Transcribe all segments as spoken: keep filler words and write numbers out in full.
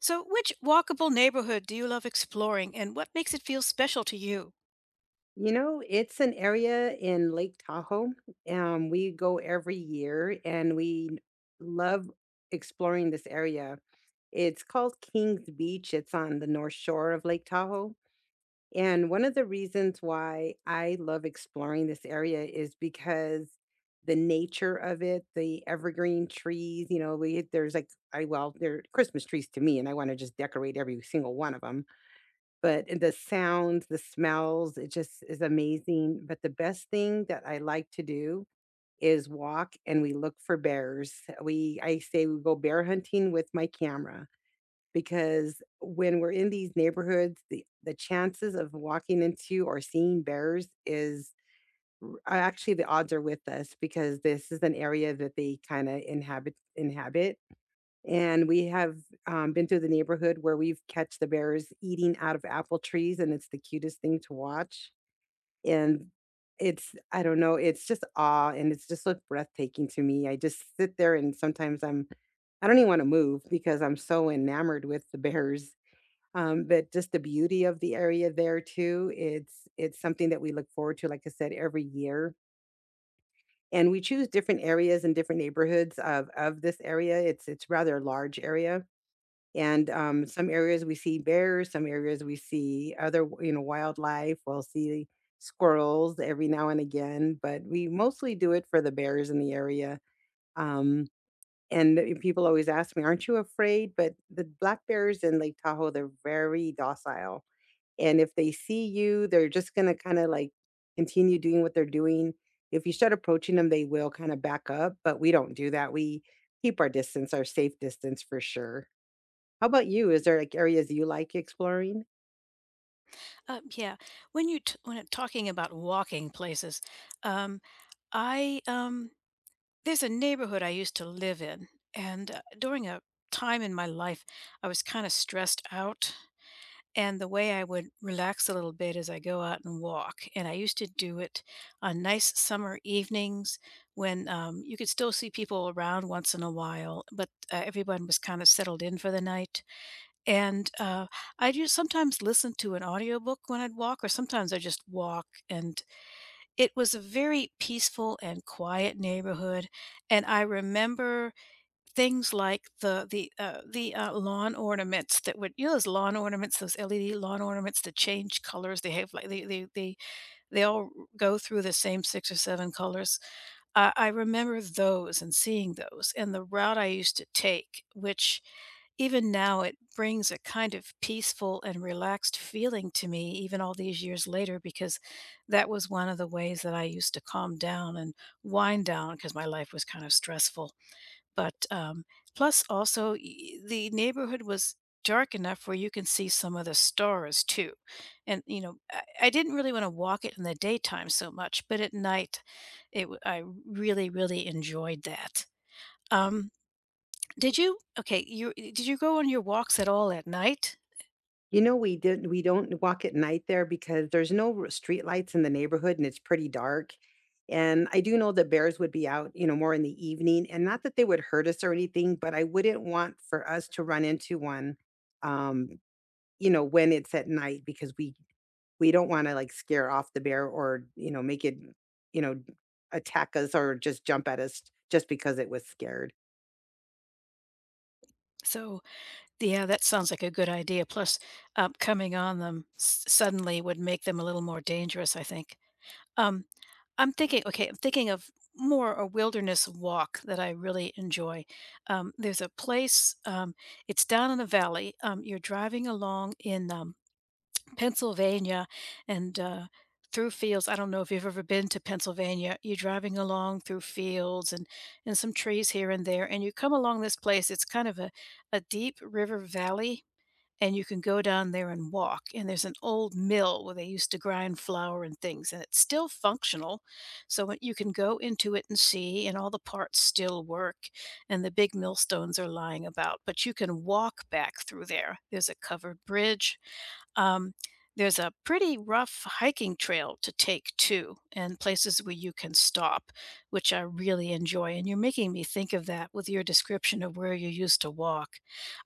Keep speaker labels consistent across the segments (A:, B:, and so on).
A: So, which walkable neighborhood do you love exploring, and what makes it feel special to you?
B: You know, it's an area in Lake Tahoe. Um, we go every year and we n- love exploring this area. It's called Kings Beach. It's on the north shore of Lake Tahoe. And one of the reasons why I love exploring this area is because the nature of it, the evergreen trees, you know, we, there's like, I, well, they're Christmas trees to me, and I want to just decorate every single one of them, but the sounds, the smells, it just is amazing. But the best thing that I like to do is walk and we look for bears. We I say we go bear hunting with my camera because when we're in these neighborhoods, the the chances of walking into or seeing bears is r- actually the odds are with us because this is an area that they kind of inhabit inhabit. And we have, um, been through the neighborhood where we've catch the bears eating out of apple trees, and it's the cutest thing to watch. And it's, I don't know, it's just awe, and it's just so breathtaking to me. I just sit there and sometimes I'm I don't even wanna move because I'm so enamored with the bears. Um, but just the beauty of the area there too, it's it's something that we look forward to, like I said, every year. And we choose different areas and different neighborhoods of of this area. It's it's rather a large area. And, um, some areas we see bears, some areas we see other, you know, wildlife. We'll see squirrels every now and again, but we mostly do it for the bears in the area. Um, and the people always ask me, "Aren't you afraid?" But the black bears in Lake Tahoe, they're very docile. And if they see you, they're just gonna kinda, like, continue doing what they're doing. If you start approaching them, they will kinda back up, but we don't do that. We keep our distance, our safe distance for sure. How about you? Is there, like, areas you like exploring?
A: Um, yeah, when you t- when I'm talking about walking places, um, I um, there's a neighborhood I used to live in, and uh, during a time in my life, I was kind of stressed out, and the way I would relax a little bit is I go out and walk, and I used to do it on nice summer evenings when um, you could still see people around once in a while, but uh, everyone was kind of settled in for the night. And, uh, I just sometimes listen to an audiobook when I'd walk, or sometimes I just walk, and it was a very peaceful and quiet neighborhood, and I remember things like the the, uh the, uh, lawn ornaments that would, you know, those lawn ornaments, those L E D lawn ornaments that change colors, they have, like, they they they they all go through the same six or seven colors. I I remember those and seeing those and the route I used to take, which even now it brings a kind of peaceful and relaxed feeling to me even all these years later because that was one of the ways that I used to calm down and wind down, because my life was kind of stressful. But, um, plus also, y the neighborhood was dark enough where you can see some of the stars too, and, you know, I I didn't really wanna walk it in the daytime so much, but at night, it w I really, really enjoyed that. Um, did you okay, you e, did you go on your walks at all at night?
B: You know, we didn't we don't walk at night there because there's no r streetlights in the neighborhood, and it's pretty dark, and I do know that bears would be out, you know, more in the evening, and not that they would hurt us or anything, but I wouldn't want for us to run into one, um, you know, when it's at night because we we don't wanna, like, scare off the bear or, you know, make it, you know, attack us or just jump at us just because it was scared.
A: So, yeah, that sounds like a good idea, plus, um, coming on them s suddenly would make them a little more dangerous, I think. Um, I'm thinking okay, I'm thinking of more a wilderness walk that I really enjoy. Um, there's a place, um, it's down in the valley. Um, you're driving along in, um, Pennsylvania and, uh, through fields. I don't know if you've ever been to Pennsylvania. You're driving along through fields and and some trees here and there, and you come along this place. It's kind of a a deep river valley and you can go down there and walk. And there's an old mill where they used to grind flour and things, and it's still functional. So when- you can go into it and see, and all the parts still work, and the big millstones are lying about. But you can walk back through there. There's a covered bridge, um, there's a pretty rough hiking trail to take too, and places where you can stop, which I really enjoy. And you're making me think of that with your description of where you used to walk.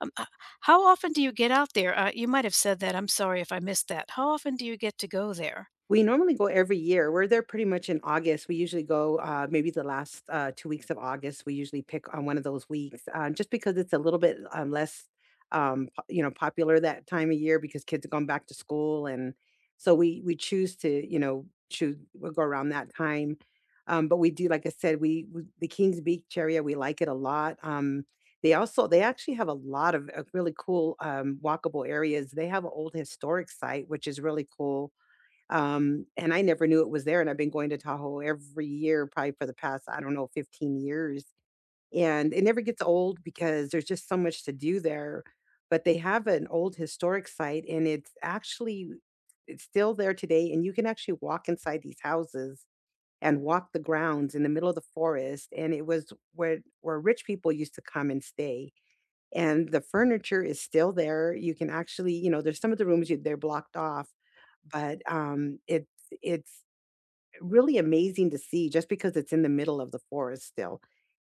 A: Um, h- how often do you get out there? Uh, you might have said that. I'm sorry if I missed that. How often do you get to go there?
B: We normally go every year. We're there pretty much in August. We usually go, uh, maybe the last, uh, two weeks of August. We usually pick on one of those weeks, uh, just because it's a little bit, um, less, um, po you know, popular that time of year because kids are going back to school, and so we we choose to, you know, choose we'll go around that time. Um, but we do, like I said, we we the Kings Beach area, we like it a lot. Um, they also they actually have a lot of, uh, really cool, um, walkable areas. They have an old historic site, which is really cool. Um, and I never knew it was there, and I've been going to Tahoe every year probably for the past, I don't know, fifteen years, and it never gets old because there's just so much to do there. But they have an old historic site, and it's actually it's still there today, and you can actually walk inside these houses and walk the grounds in the middle of the forest, and it was where where rich people used to come and stay, and the furniture is still there. You can actually, you know, there's some of the rooms you they're blocked off, but um, it's it's really amazing to see just because it's in the middle of the forest still.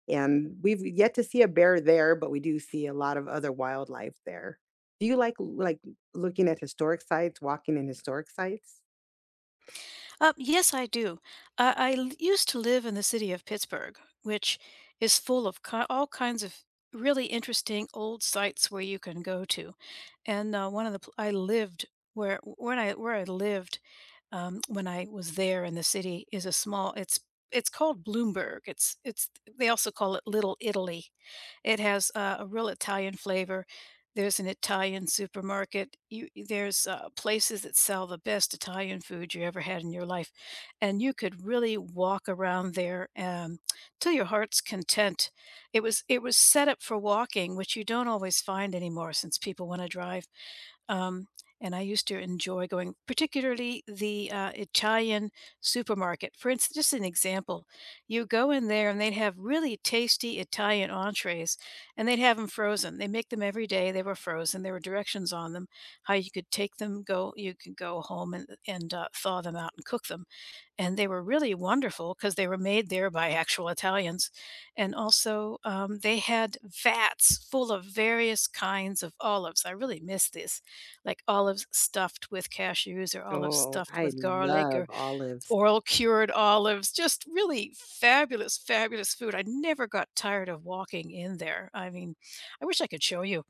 B: And we've yet to see a bear there, but we do see a lot of other wildlife there. Do you like like looking at historic sites, walking in historic sites?
A: Uh, yes, I do. I, I l- used to live in the city of Pittsburgh, which is full of ki- all kinds of really interesting old sites where you can go to. And uh, one of the pl- I lived where when I where I lived um, when I was there in the city is a small. It's it's called Bloomberg. It's it's they also call it Little Italy. It has uh, a real Italian flavor. There's an Italian supermarket. You, there's uh, places that sell the best Italian food you ever had in your life, and you could really walk around there um, till your heart's content. It was it was set up for walking, which you don't always find anymore since people want to drive. Um, and I used to enjoy going, particularly the uh, Italian supermarket. For instance, just an example, you go in there and they'd have really tasty Italian entrees, and they'd have them frozen. They make them every day. They were frozen. There were directions on them how you could take them, go, you could go home and and uh, thaw them out and cook them, and they were really wonderful because they were made there by actual Italians. And also, um, they had vats full of various kinds of olives. I really miss this, like olives stuffed with cashews, or olives
B: Oh,
A: stuffed
B: I
A: with garlic,
B: love
A: or
B: olives.
A: oil cured olives. Just really fabulous, fabulous food. I never got tired of walking in there. I mean, I wish I could show you.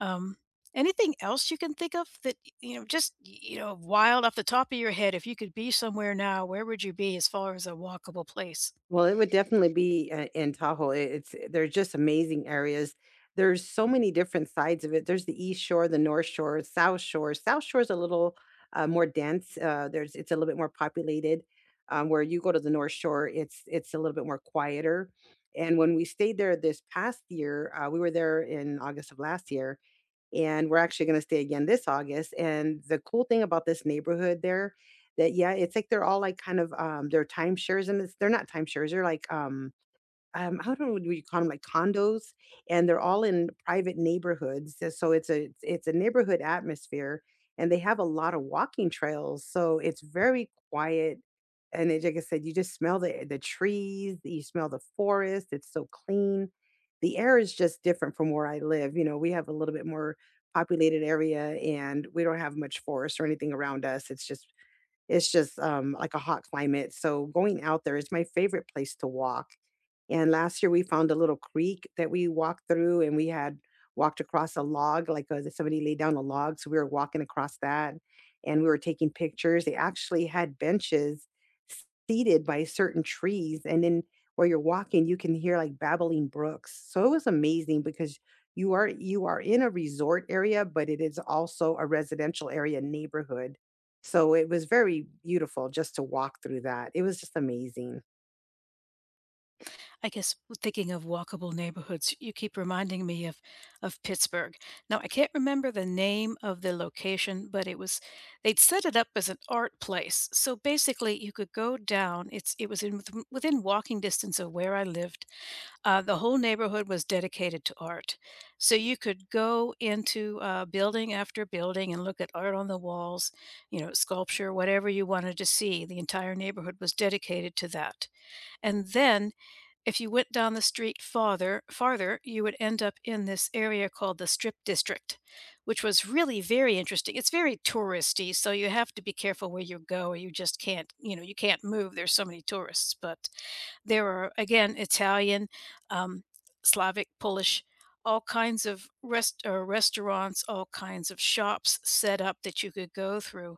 A: Um, anything else you can think of that, y- you know, just, y- you know, wild off the top of your head, if you could be somewhere now, where would you be as far as a walkable place?
B: Well, it would definitely be I in Tahoe. I it's, eh, there's just amazing areas. There's so many different sides of it. There's the East Shore, the North Shore, South Shore. South Shore is a little, uh, more dense, uh, there's it's a little bit more populated, um, where you go to the North Shore, it's it's a little bit more quieter, and when we stayed there this past year, uh, we were there in August of last year, and we're actually gonna stay again this August, and the cool thing about this neighborhood there that yeah, it's like they're all, like, kind of, um, they're timeshares, and it's they're not timeshares, they're like, um, um, I don't know, do you call them, like, condos? And they're all in private neighborhoods, and so it's a it's it's a neighborhood atmosphere, and they have a lot of walking trails, so it's very quiet, and it, like I said, you just smell the the trees, you smell the forest, it's so clean. The air is just different from where I live, you know, we have a little bit more populated area, and we don't have much forest or anything around us, it's just it's just, um, like a hot climate, so going out there is my favorite place to walk. And last year, we found a little creek that we walked through, and we had walked across a log, like, uh, somebody laid down a log, so we were walking across that, and we were taking pictures. They actually had benches seated by certain trees, and then where you're walking, you can hear, like, babbling brooks. So it was amazing because you are you are in a resort area, but it is also a residential area neighborhood. So it was very beautiful just to walk through that. It was just amazing.
A: I guess thinking of walkable neighborhoods, you keep reminding me of of Pittsburgh. Now, I can't remember the name of the location, but it was they'd set it up as an art place. So basically, you could go down, it's it was in within within walking distance of where I lived. Uh, the whole neighborhood was dedicated to art. So you could go into uh, building after building and look at art on the walls, you know, sculpture, whatever you wanted to see. The entire neighborhood was dedicated to that. And then if you went down the street farther, farther, you would end up in this area called the Strip District, which was really very interesting. It's very touristy, so you have to be careful where you go or you just can't, you know, you can't move. There's so many tourists, but there are, again, Italian, um, Slavic, Polish, all kinds of rest or restaurants, all kinds of shops set up that you could go through.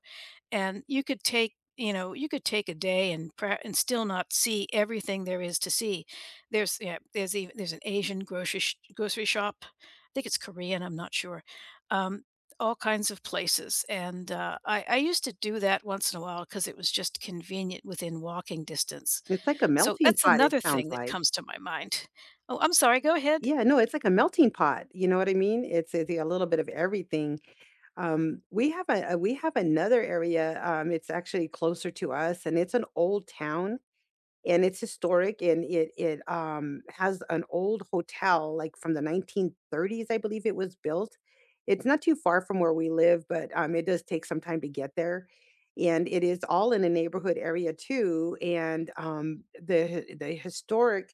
A: And you could take, you know, you could take a day and pra and still not see everything there is to see. There's yeah, there's even there's an Asian grocery sh grocery shop. I think it's Korean, I'm not sure. Um, all kinds of places, and, uh, I I used to do that once in a while because it was just convenient within walking distance.
B: It's like a
A: So
B: melting
A: that's
B: pot, it
A: another
B: sounds
A: thing that
B: like.
A: comes to my mind. Oh, I'm sorry, go ahead.
B: Yeah, no, it's like a melting pot, you know what I mean? It's it's yeah, a little bit of everything. Um, we have a a- we have another area, um, it's actually closer to us and it's an old town, and it's historic, and it it um has an old hotel like from the nineteen thirties, I believe it was built. It's not too far from where we live, but um it does take some time to get there. And it is all in a neighborhood area too. And um, the hi- the historic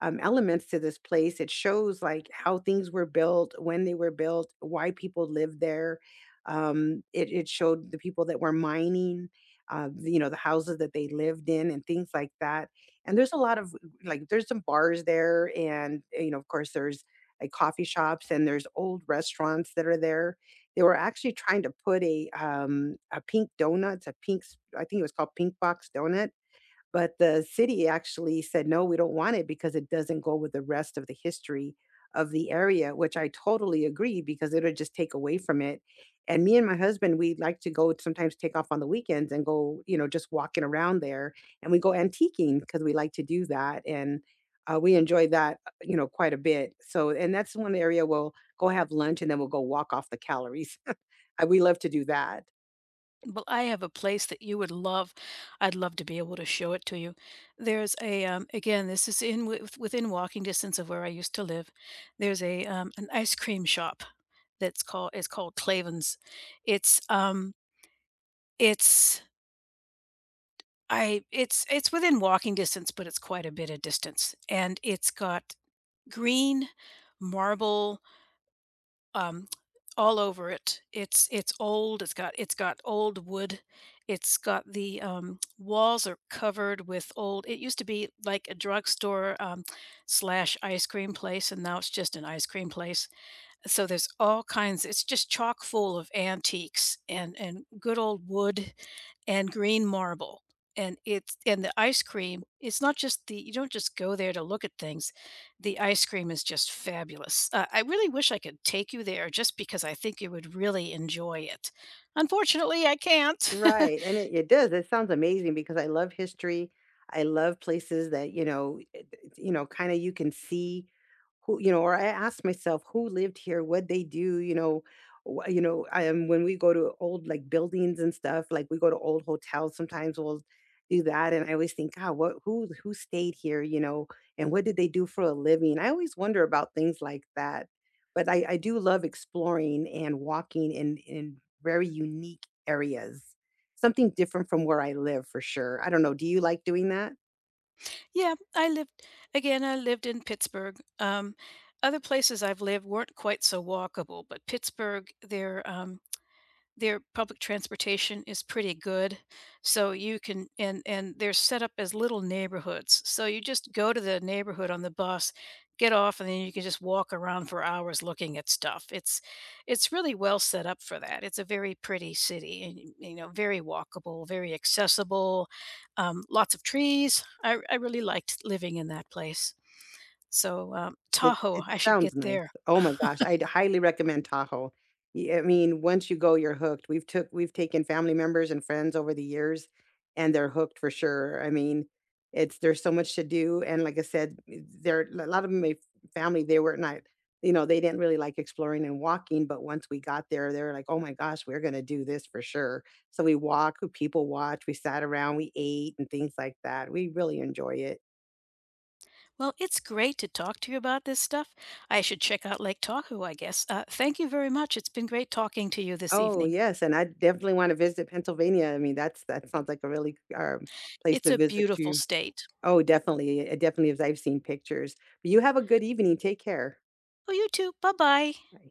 B: um, elements to this place. It shows like how things were built, when they were built, why people lived there. Um, it, it showed the people that were mining, uh, the- you know, the houses that they lived in and things like that. And there's a lot of, like, there's some bars there, and uh, you know, of course, there's like coffee shops, and there's old restaurants that are there. They were actually trying to put a um, a pink donut, it's a pink, s- I think it was called Pink Box Donut, but the city actually said, "No, we don't want it because it doesn't go with the rest of the history of the area," which I totally agree because it'll just take away from it. And me and my husband, we like to go sometimes take off on the weekends and go, you know, just walking around there. And we go antiquing because we like to do that. And uh, we enjoy that, uh, you know, quite a bit. So, and that's one area we'll go have lunch and then we'll go walk off the calories. Uh, we love to do that.
A: Well, I have a place that you would love. I'd love to be able to show it to you. There's a um, again, this is in with, within walking distance of where I used to live. There's a um, an ice cream shop that's called is called Clavin's. It's um it's I it's it's within walking distance, but it's quite a bit of distance. And it's got green marble, um, all over it. It's it's old. It's got it's got old wood. It's got the um, walls are covered with old. It used to be like a drugstore um, slash ice cream place, and now it's just an ice cream place. So there's all kinds. It's just chock full of antiques and and good old wood and green marble. And it's and the ice cream, it's not just the you don't just go there to look at things. The ice cream is just fabulous. Uh, I really wish I could take you there just because I think you would really enjoy it. Unfortunately, I can't.
B: Right, and it it does, it sounds amazing because I love history, I love places that, you know, it it you know, kinda you can see, who you know or I asked myself who lived here, what they do, you know, wh- you know, I am when we go to old, like, buildings and stuff, like, we go to old hotels sometimes, we'll do that, and I always think, God, what, who who stayed here, you know, and what did they do for a living? I always wonder about things like that, but i i do love exploring and walking in in very unique areas, something different from where I live for sure. I don't know, do you like doing that?
A: Yeah, I lived, again, I lived in Pittsburgh. Um, other places I've lived weren't quite so walkable, but Pittsburgh, there um, their public transportation is pretty good. So you can and and they're set up as little neighborhoods. So you just go to the neighborhood on the bus, get off, and then you can just walk around for hours looking at stuff. It's it's really well set up for that. It's a very pretty city and y- you know, very walkable, very accessible, um, lots of trees. I, I really liked living in that place. So um,
B: It
A: Tahoe,
B: it
A: I should get
B: sounds nice.
A: there.
B: Oh my gosh, I'd highly recommend Tahoe. Y I mean, once you go, you're hooked. We've took we've taken family members and friends over the years, and they're hooked for sure. I mean, it's there's so much to do, and like I said, eh, there a lot of my family, they were not, you know, they didn't really like exploring and walking, but once we got there, they were like, "Oh my gosh, we're gonna do this for sure." So we walked, we people watched, we sat around, we ate, and things like that. We really enjoy it.
A: Well, it's great to talk to you about this stuff. I should check out Lake Tahoe, I guess. Uh, thank you very much. It's been great talking to you this
B: Oh,
A: evening.
B: yes, and I definitely wanna visit Pennsylvania. I mean, that's that sounds like a really, um, place
A: It's
B: to
A: a
B: visit.
A: beautiful
B: You
A: state.
B: Oh, definitely. It definitely is. I've seen pictures. But You have a good evening. Take care.
A: Oh, you too. Bye bye.
B: Bye.